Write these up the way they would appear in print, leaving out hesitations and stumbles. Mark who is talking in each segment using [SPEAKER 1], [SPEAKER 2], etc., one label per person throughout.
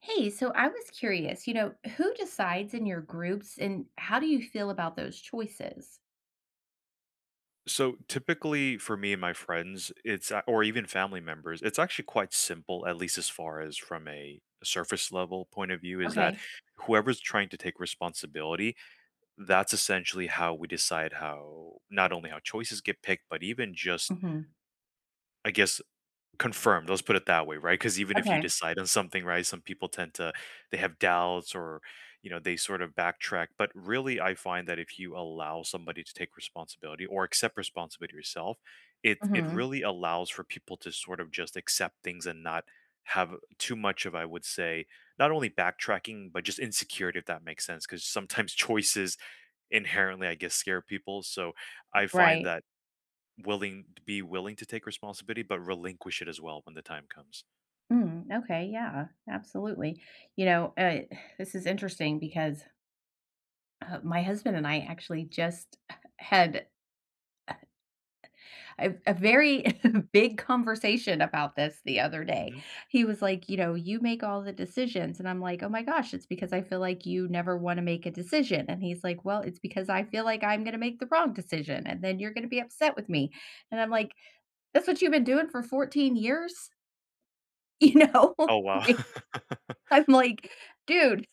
[SPEAKER 1] Hey, so I was curious, you know, who decides in your groups and how do you feel about those choices?
[SPEAKER 2] So typically for me and my friends, or even family members, it's actually quite simple, at least as far as from a surface level point of view, is that
[SPEAKER 1] Okay.
[SPEAKER 2] whoever's trying to take responsibility, that's essentially how we decide how not only how choices get picked, but even just
[SPEAKER 1] hmm
[SPEAKER 2] I guess confirmed, let's put it that way, right? Because even if you
[SPEAKER 1] Okay.
[SPEAKER 2] decide on something, right, some people tend to, they have doubts or, you know, they sort of backtrack, but really I find that if you allow somebody to take responsibility or accept responsibility yourself, it
[SPEAKER 1] hmm
[SPEAKER 2] really allows for people to sort of just accept things and not have too much of, I would say, not only backtracking, but just insecurity, if that makes sense. Because sometimes choices inherently, I guess, scare people, so I find
[SPEAKER 1] Right.
[SPEAKER 2] that, willing to be willing to take responsibility, but relinquish it as well when the time comes.
[SPEAKER 1] Mm, okay. Yeah, absolutely. You know, uh, this is interesting because my husband and I actually just had a very big conversation about this the other day.
[SPEAKER 2] Mhm.
[SPEAKER 1] He was like, you know, you make all the decisions. And I'm like, oh my gosh, it's because I feel like you never want to make a decision. And he's like, well, it's because I feel like I'm going to make the wrong decision and then you're going to be upset with me. And I'm like, that's what you've been doing for 14 years, you know?
[SPEAKER 2] Oh, wow.
[SPEAKER 1] Like, I'm like, dude,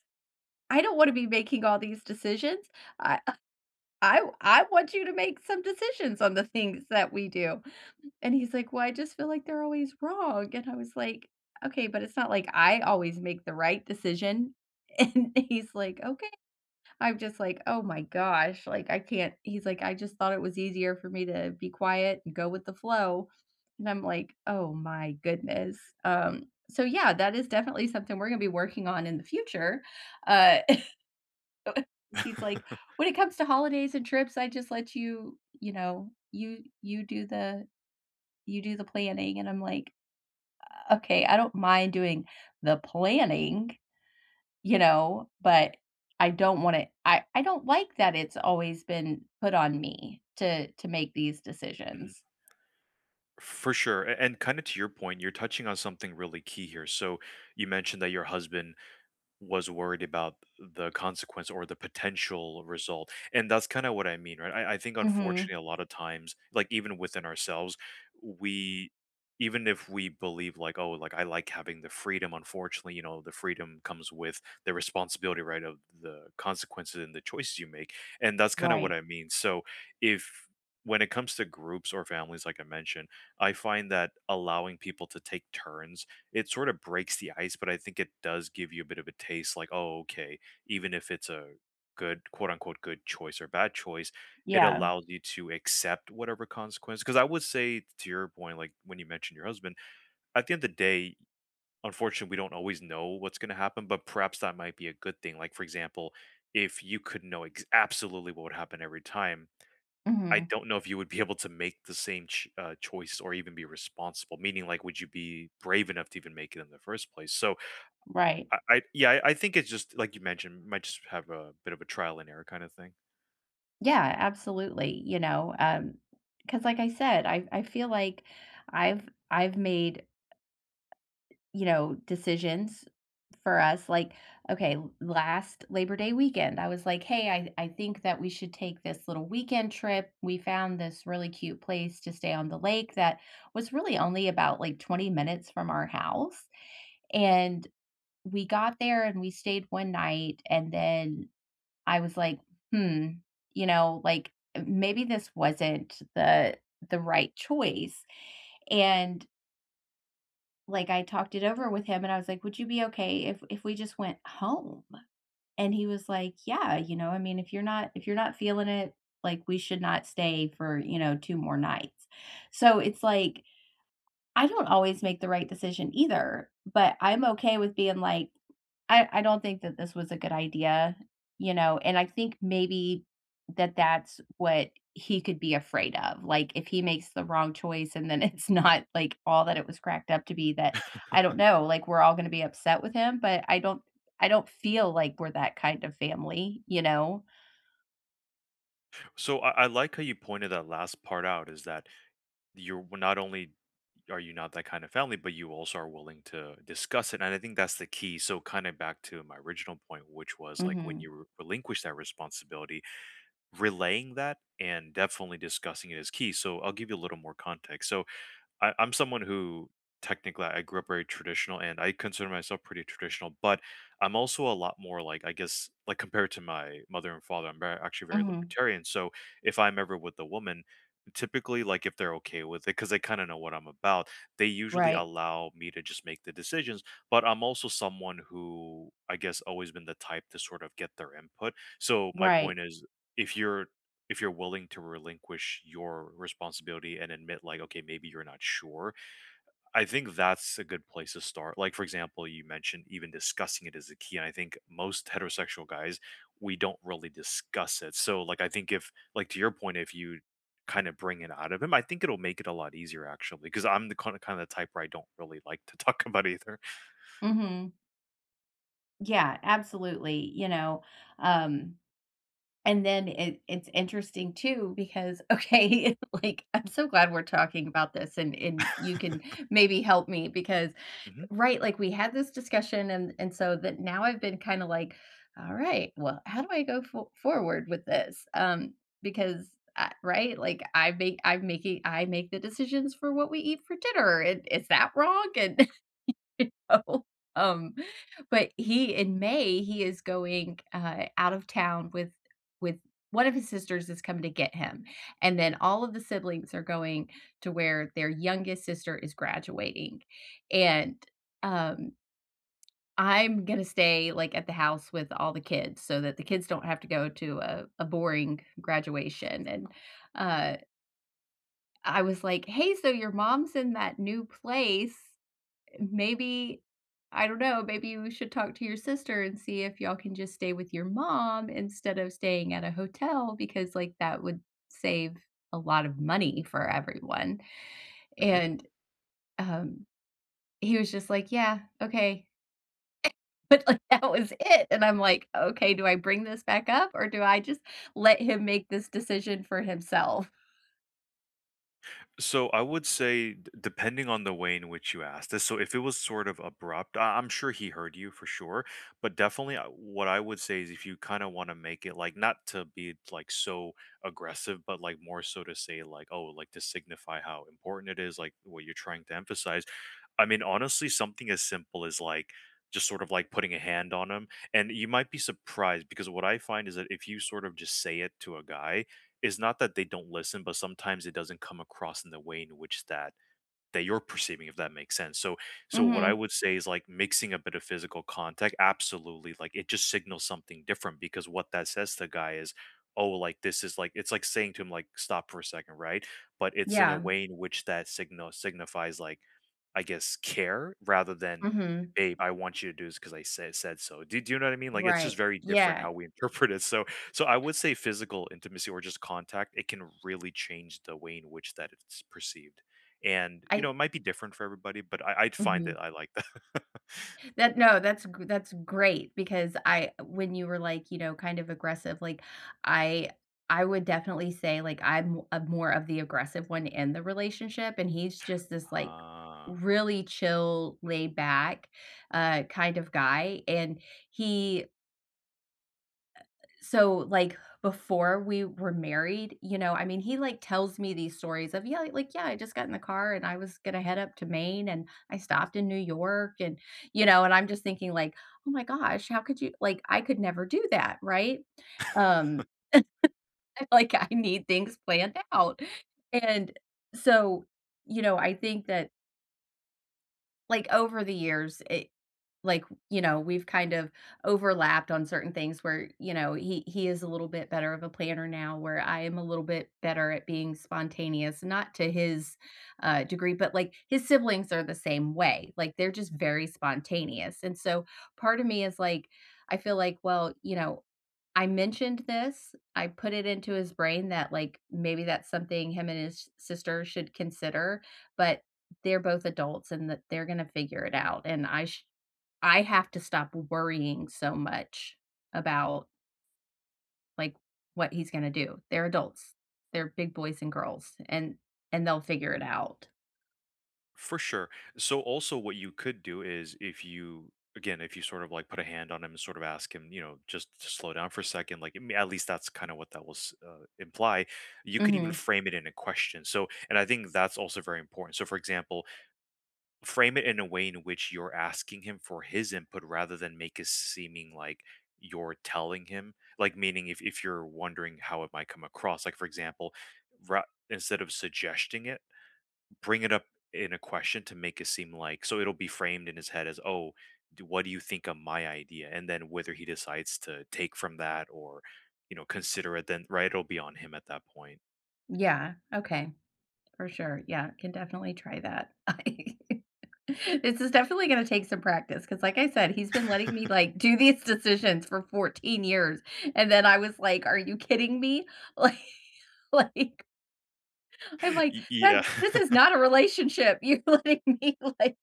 [SPEAKER 1] I don't want to be making all these decisions. I I want you to make some decisions on the things that we do. And he's like, "Well, I just feel like they're always wrong." And I was like, "Okay, but it's not like I always make the right decision." And he's like, "Okay." I'm just like, "Oh my gosh, like I can't." He's like, "I just thought it was easier for me to be quiet and go with the flow." And I'm like, "Oh my goodness." Um so yeah, that is definitely something we're going to be working on in the future. Uh he's like, "When it comes to holidays and trips, I just let you, you know, you do the planning, and I'm like, "Okay, I don't mind doing the planning, you know, but I don't want to. I don't like that it's always been put on me to make these
[SPEAKER 2] Mhm.
[SPEAKER 1] decisions."
[SPEAKER 2] For sure, a and kinda to your point, you're touching on something really key here, so you mentioned that your husband was worried about the consequence or the potential result. And that's kind of what I mean, right? I think
[SPEAKER 1] Mhm.
[SPEAKER 2] unfortunately a lot of times, like even within ourselves, we, even if we believe like, oh, like I like having the freedom, unfortunately, you know, the freedom comes with the responsibility, right? Of the consequences and the choices you make. And that's kind of what
[SPEAKER 1] Right.
[SPEAKER 2] I mean. So if when it comes to groups or families, like I mentioned, I find that allowing people to take turns, it sort of breaks the ice, but I think it does give you a bit of a taste like, "Oh, okay," even if it's a good, quote unquote, "good choice" or "bad choice," it
[SPEAKER 1] Yeah.
[SPEAKER 2] allows you to accept whatever consequence. Because I would say to your point, like, when you mentioned your husband, at the end of the day, unfortunately, we don't always know what's gonna happen, but perhaps that might be a good thing. Like, for example, if you could know ex absolutely what would happen every time, I
[SPEAKER 1] Mhm.
[SPEAKER 2] don't know if you would be able to make the same ch choice or even be responsible, meaning, like, would you be brave enough to even make it in the first place? So,
[SPEAKER 1] Right.
[SPEAKER 2] I yeah, I think it's just like you mentioned, might just have a bit of a trial and error kind of thing.
[SPEAKER 1] Yeah, absolutely, because like I said, I feel like I've made you know, decisions for us, like, okay, last Labor Day weekend, I was like, "Hey, I think that we should take this little weekend trip." We found this really cute place to stay on the lake that was really only about, like, 20 minutes from our house, and we got there, and we stayed one night, and then I was like, "Hmm, you know, like, maybe this wasn't the right choice." And like, I talked it over with him and I was like, "Would you be okay if we just went home?" And he was like, "Yeah, you know, I mean, if you're not feeling it, like, we should not stay for, you know, 2 more nights." So, it's like, I don't always make the right decision either, but I'm okay with being like, I don't think that this was a good idea, you know, and I think maybe that's what he could be afraid of. Like if he makes the wrong choice and then it's not like all that it was cracked up to be that I don't know, like we're all going to be upset with him, but I don't feel like we're that kind of family, you know.
[SPEAKER 2] So, I like how you pointed that last part out is that you're not only, are you not that kind of family, but you also are willing to discuss it, and I think that's the key. So, kinda back to my original point, which was, like, when
[SPEAKER 1] Mhm.
[SPEAKER 2] you re relinquish that responsibility, relaying that and definitely discussing it is key. So I'll give you a little more context. So I'm someone who technically I grew up very traditional and I consider myself pretty traditional, but I'm also a lot more like I guess like compared to my mother and father, I'm very, actually very
[SPEAKER 1] Mhm.
[SPEAKER 2] libertarian. So if I'm ever with a woman, typically like if they're okay with it because they kind of know what I'm about, they usually
[SPEAKER 1] Right.
[SPEAKER 2] allow me to just make the decisions. But I'm also someone who I guess always been the type to sort of get their input. So my
[SPEAKER 1] Right.
[SPEAKER 2] point is if you're, if you're willing to relinquish your responsibility and admit like okay maybe you're not sure, I think that's a good place to start. Like, for example, you mentioned even discussing it is a key. And I think most heterosexual guys, we don't really discuss it. So, like, I think if, like, to your point, if you kind of bring it out of him, I think it'll make it a lot easier, actually, because I'm the kind of the type where I don't really like to talk about either.
[SPEAKER 1] Mhm. Yeah, absolutely, you know. Um And then it's interesting too because, okay, like, I'm so glad we're talking about this and you can maybe help me because right, like, we had this discussion and so that now I've been kinda like, "All right, well, how do I go fo forward with this?" Because I right? Like, I make the decisions for what we eat for dinner, and is that wrong? And you know? Um, but he in May, he is going, out of town with with one of his sisters is coming to get him, and then all of the siblings are going to where their youngest sister is graduating, and, um, I'm gonna stay, like, at the house with all the kids so that the kids don't have to go to a boring graduation, and, uh, I was like, "Hey, so your mom's in that new place." Maybe I don't know, maybe you should talk to your sister and see if y'all can just stay with your mom instead of staying at a hotel because, like, that would save a lot of money for everyone,
[SPEAKER 2] Hmm.
[SPEAKER 1] and, um, he was just like, "Yeah, okay," but, like, that was it, and I'm like, "Okay, do I bring this back up or do I just let him make this decision for himself?"
[SPEAKER 2] So I would say, depending on the way in which you asked this, so if it was sort of abrupt, I'm sure he heard you for sure. But definitely, what I would say is if you kind of want to make it like not to be like so aggressive, but like more so to say like, oh, like to signify how important it is, like what you're trying to emphasize. I mean, honestly, something as simple as like just sort of like putting a hand on him. And you might be surprised because what I find is that if you sort of just say it to a guy, it's not that they don't listen, but sometimes it doesn't come across in the way in which that you're perceiving if that makes sense. So so what I
[SPEAKER 1] Mhm.
[SPEAKER 2] would say is like mixing a bit of physical contact absolutely, like it just signals something different because what that says to the guy is oh like this is like it's like saying to him like stop for a second, right? But it's in a
[SPEAKER 1] Yeah.
[SPEAKER 2] way in which that signal signifies like I guess care rather than
[SPEAKER 1] Mhm.
[SPEAKER 2] babe I want you to do this because I said so. Do you know what I mean? Like it's just
[SPEAKER 1] Right.
[SPEAKER 2] very different
[SPEAKER 1] Yeah.
[SPEAKER 2] how we interpret it. So so I would say physical intimacy or just contact, it can really change the way in which that it's perceived. And, you
[SPEAKER 1] I
[SPEAKER 2] know, it might be different for everybody, but I I'd find
[SPEAKER 1] mhm.
[SPEAKER 2] that I like that.
[SPEAKER 1] That no, that's g that's great because I when you were, like, you know, kind of aggressive, like, I I would definitely say, like, I'm a more of the aggressive one in the relationship, and he's just this, like,
[SPEAKER 2] Ah.
[SPEAKER 1] really chill, laid back, kind of guy, and he so, like, before we were married, you know, I mean, he, like, tells me these stories of, "Yeah, like, yeah, I just got in the car and I was gonna head up to Maine and I stopped in New York," and, you know, and I'm just thinking like, "Oh my gosh, how could you" like, I could never do that, right? Um, like, I need things planned out. And so, you know, I think that over the years it like you know we've kind of overlapped on certain things where you know he is a little bit better of a planner now where I am a little bit better at being spontaneous not to his degree but like his siblings are the same way like they're just very spontaneous and so part of me is like I feel like well you know I mentioned this I put it into his brain that like maybe that's something him and his sister should consider but they're both adults and that they're gonna figure it out, and I have to stop worrying so much about, like, what he's gonna do. They're adults. They're big boys and girls, and they'll figure it out.
[SPEAKER 2] For sure. So also what you could do is if you again, if you sort of like put a hand on him and sort of ask him, you know, just to slow down for a second, like I mean, at least that's kind of what that will imply. You could even
[SPEAKER 1] Mhm.
[SPEAKER 2] frame it in a question. So, and I think that's also very important. So, for example, frame it in a way in which you're asking him for his input rather than make it seeming like you're telling him. Like, meaning if you're wondering how it might come across, like, for example, ra- instead of suggesting it, bring it up in a question to make it seem like so it'll be framed in his head as, oh, what do you think of my idea? And then whether he decides to take from that or, you know, consider it, then, right, it'll be on him at that point.
[SPEAKER 1] Yeah, okay, for sure. Yeah, can definitely try that. I This is definitely gonna take some practice because, like I said, he's been letting me, like, do these decisions for 14 years, and then I was like, "Are you kidding me?" Like like I'm like,
[SPEAKER 2] Yeah.
[SPEAKER 1] "That this is not a relationship. You're letting me, like"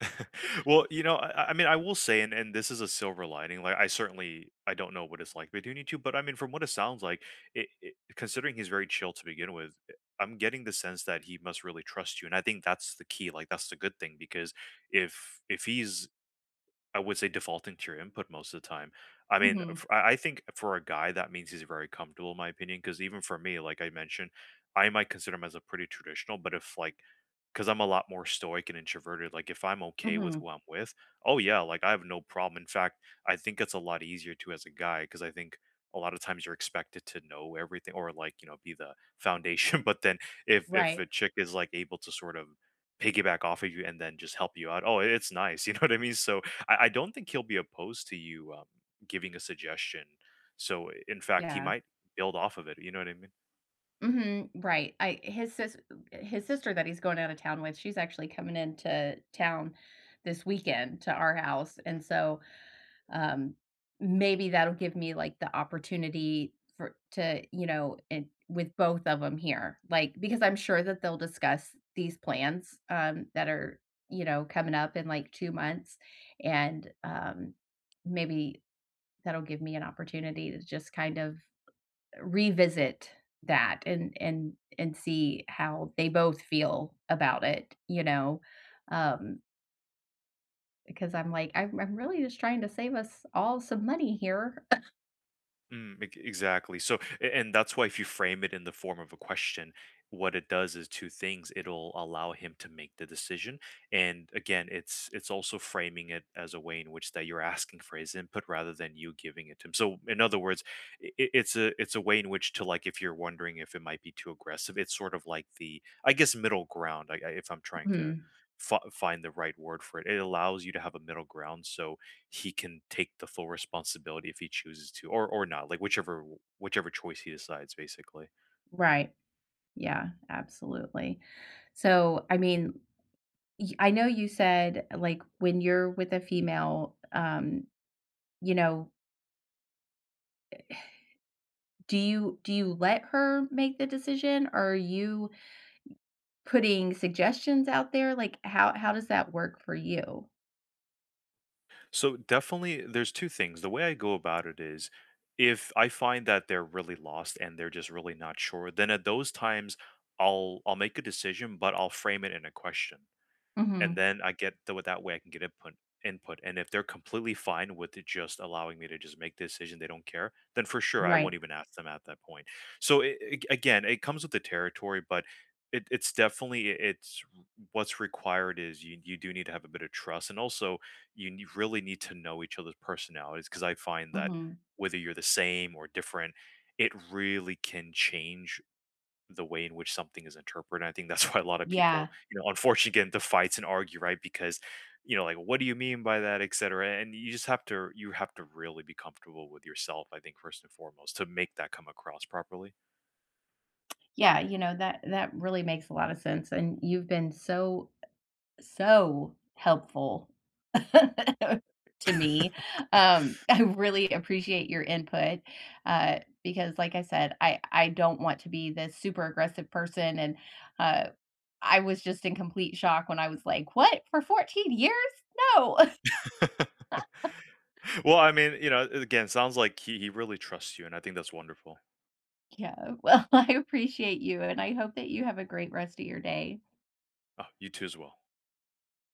[SPEAKER 2] Well, you know, I mean, I will say, and this is a silver lining, like, I certainly I don't know what it's like between you 2, but, I mean, from what it sounds like, it considering he's very chill to begin with, eh, I'm getting the sense that he must really trust you, and I think that's the key, like, that's the good thing because if he's I would say defaulting to your input most of the time. I mean,
[SPEAKER 1] Mhm,
[SPEAKER 2] I think for a guy, that means he's very comfortable, in my opinion. Because even for me, like I mentioned, I might consider him as a pretty traditional, but if like, because I'm a lot more stoic and introverted, like if I'm okay with
[SPEAKER 1] mhm,
[SPEAKER 2] who I'm with, oh yeah, like I have no problem. In fact, I think it's a lot easier too as a guy, because I think a lot of times you're expected to know everything or like, you know, be the foundation. But then if
[SPEAKER 1] right,
[SPEAKER 2] a chick is like able to sort of piggyback off of you and then just help you out, oh, it's nice. You know what I mean? So I don't think he'll be opposed to you giving a suggestion. So in fact, he
[SPEAKER 1] yeah,
[SPEAKER 2] might build off of it. You know what I mean?
[SPEAKER 1] mhm, right, I his sis his sister that he's going out of town with, she's actually coming into town this weekend to our house, and so Um, maybe that'll give me, like, the opportunity for to, you know, and with both of them here, like because I'm sure that they'll discuss these plans, that are, you know, coming up in, like, 2 months, and, maybe that'll give me an opportunity to just kind of revisit that and see how they both feel about it, you know? Um, because I'm like, I'm really just trying to save us all some money here.
[SPEAKER 2] Mm, exactly. So, and that's why if you frame it in the form of a question, what it does is two things. It'll allow him to make the decision, and again, it's also framing it as a way in which that you're asking for his input rather than you giving it to him. So, in other words, it's a, it's a way in which to like if you're wondering if it might be too aggressive, it's sort of like the I guess middle ground. If I'm trying to
[SPEAKER 1] Mhm.
[SPEAKER 2] find the right word for it, it allows you to have a middle ground. So he can take the full responsibility if he chooses to or not, like whichever choice he decides basically.
[SPEAKER 1] Right. Yeah, absolutely. So, I mean, y I know you said, like, when you're with a female, you know, do you let her make the decision? Or Are you putting suggestions out there? Like, how does that work for you?
[SPEAKER 2] So definitely there's two things, the way I go about it is if I find that they're really lost and they're just really not sure, then at those times I'll make a decision but I'll frame it in a question, and
[SPEAKER 1] Mhm.
[SPEAKER 2] then I get the that way I can get input. And if they're completely fine with it just allowing me to just make the decision, they don't care, then for sure I
[SPEAKER 1] Right.
[SPEAKER 2] won't even ask them at that point. So again, it comes with the territory, but it's definitely it's what's required is you, you do need to have a bit of trust, and also you really need to know each other's personalities because I find that
[SPEAKER 1] Mhm.
[SPEAKER 2] whether you're the same or different, it really can change the way in which something is interpreted. I think that's why a lot of people,
[SPEAKER 1] Yeah.
[SPEAKER 2] you know, unfortunately get into fights and argue, right? Because, you know, like, what do you mean by that, et cetera? And you just have to, you have to really be comfortable with yourself, I think, first and foremost, to make that come across properly.
[SPEAKER 1] Yeah, you know, that that really makes a lot of sense, and you've been so so helpful to me. I really appreciate your input, because like I said, I don't want to be this super aggressive person, and, uh, I was just in complete shock when I was like, "What? For 14 years? No."
[SPEAKER 2] Well, I mean, you know, again, sounds like he really trusts you. And I think that's wonderful.
[SPEAKER 1] Yeah, well, I appreciate you, and I hope that you have a great rest of your day.
[SPEAKER 2] Oh, you too as well.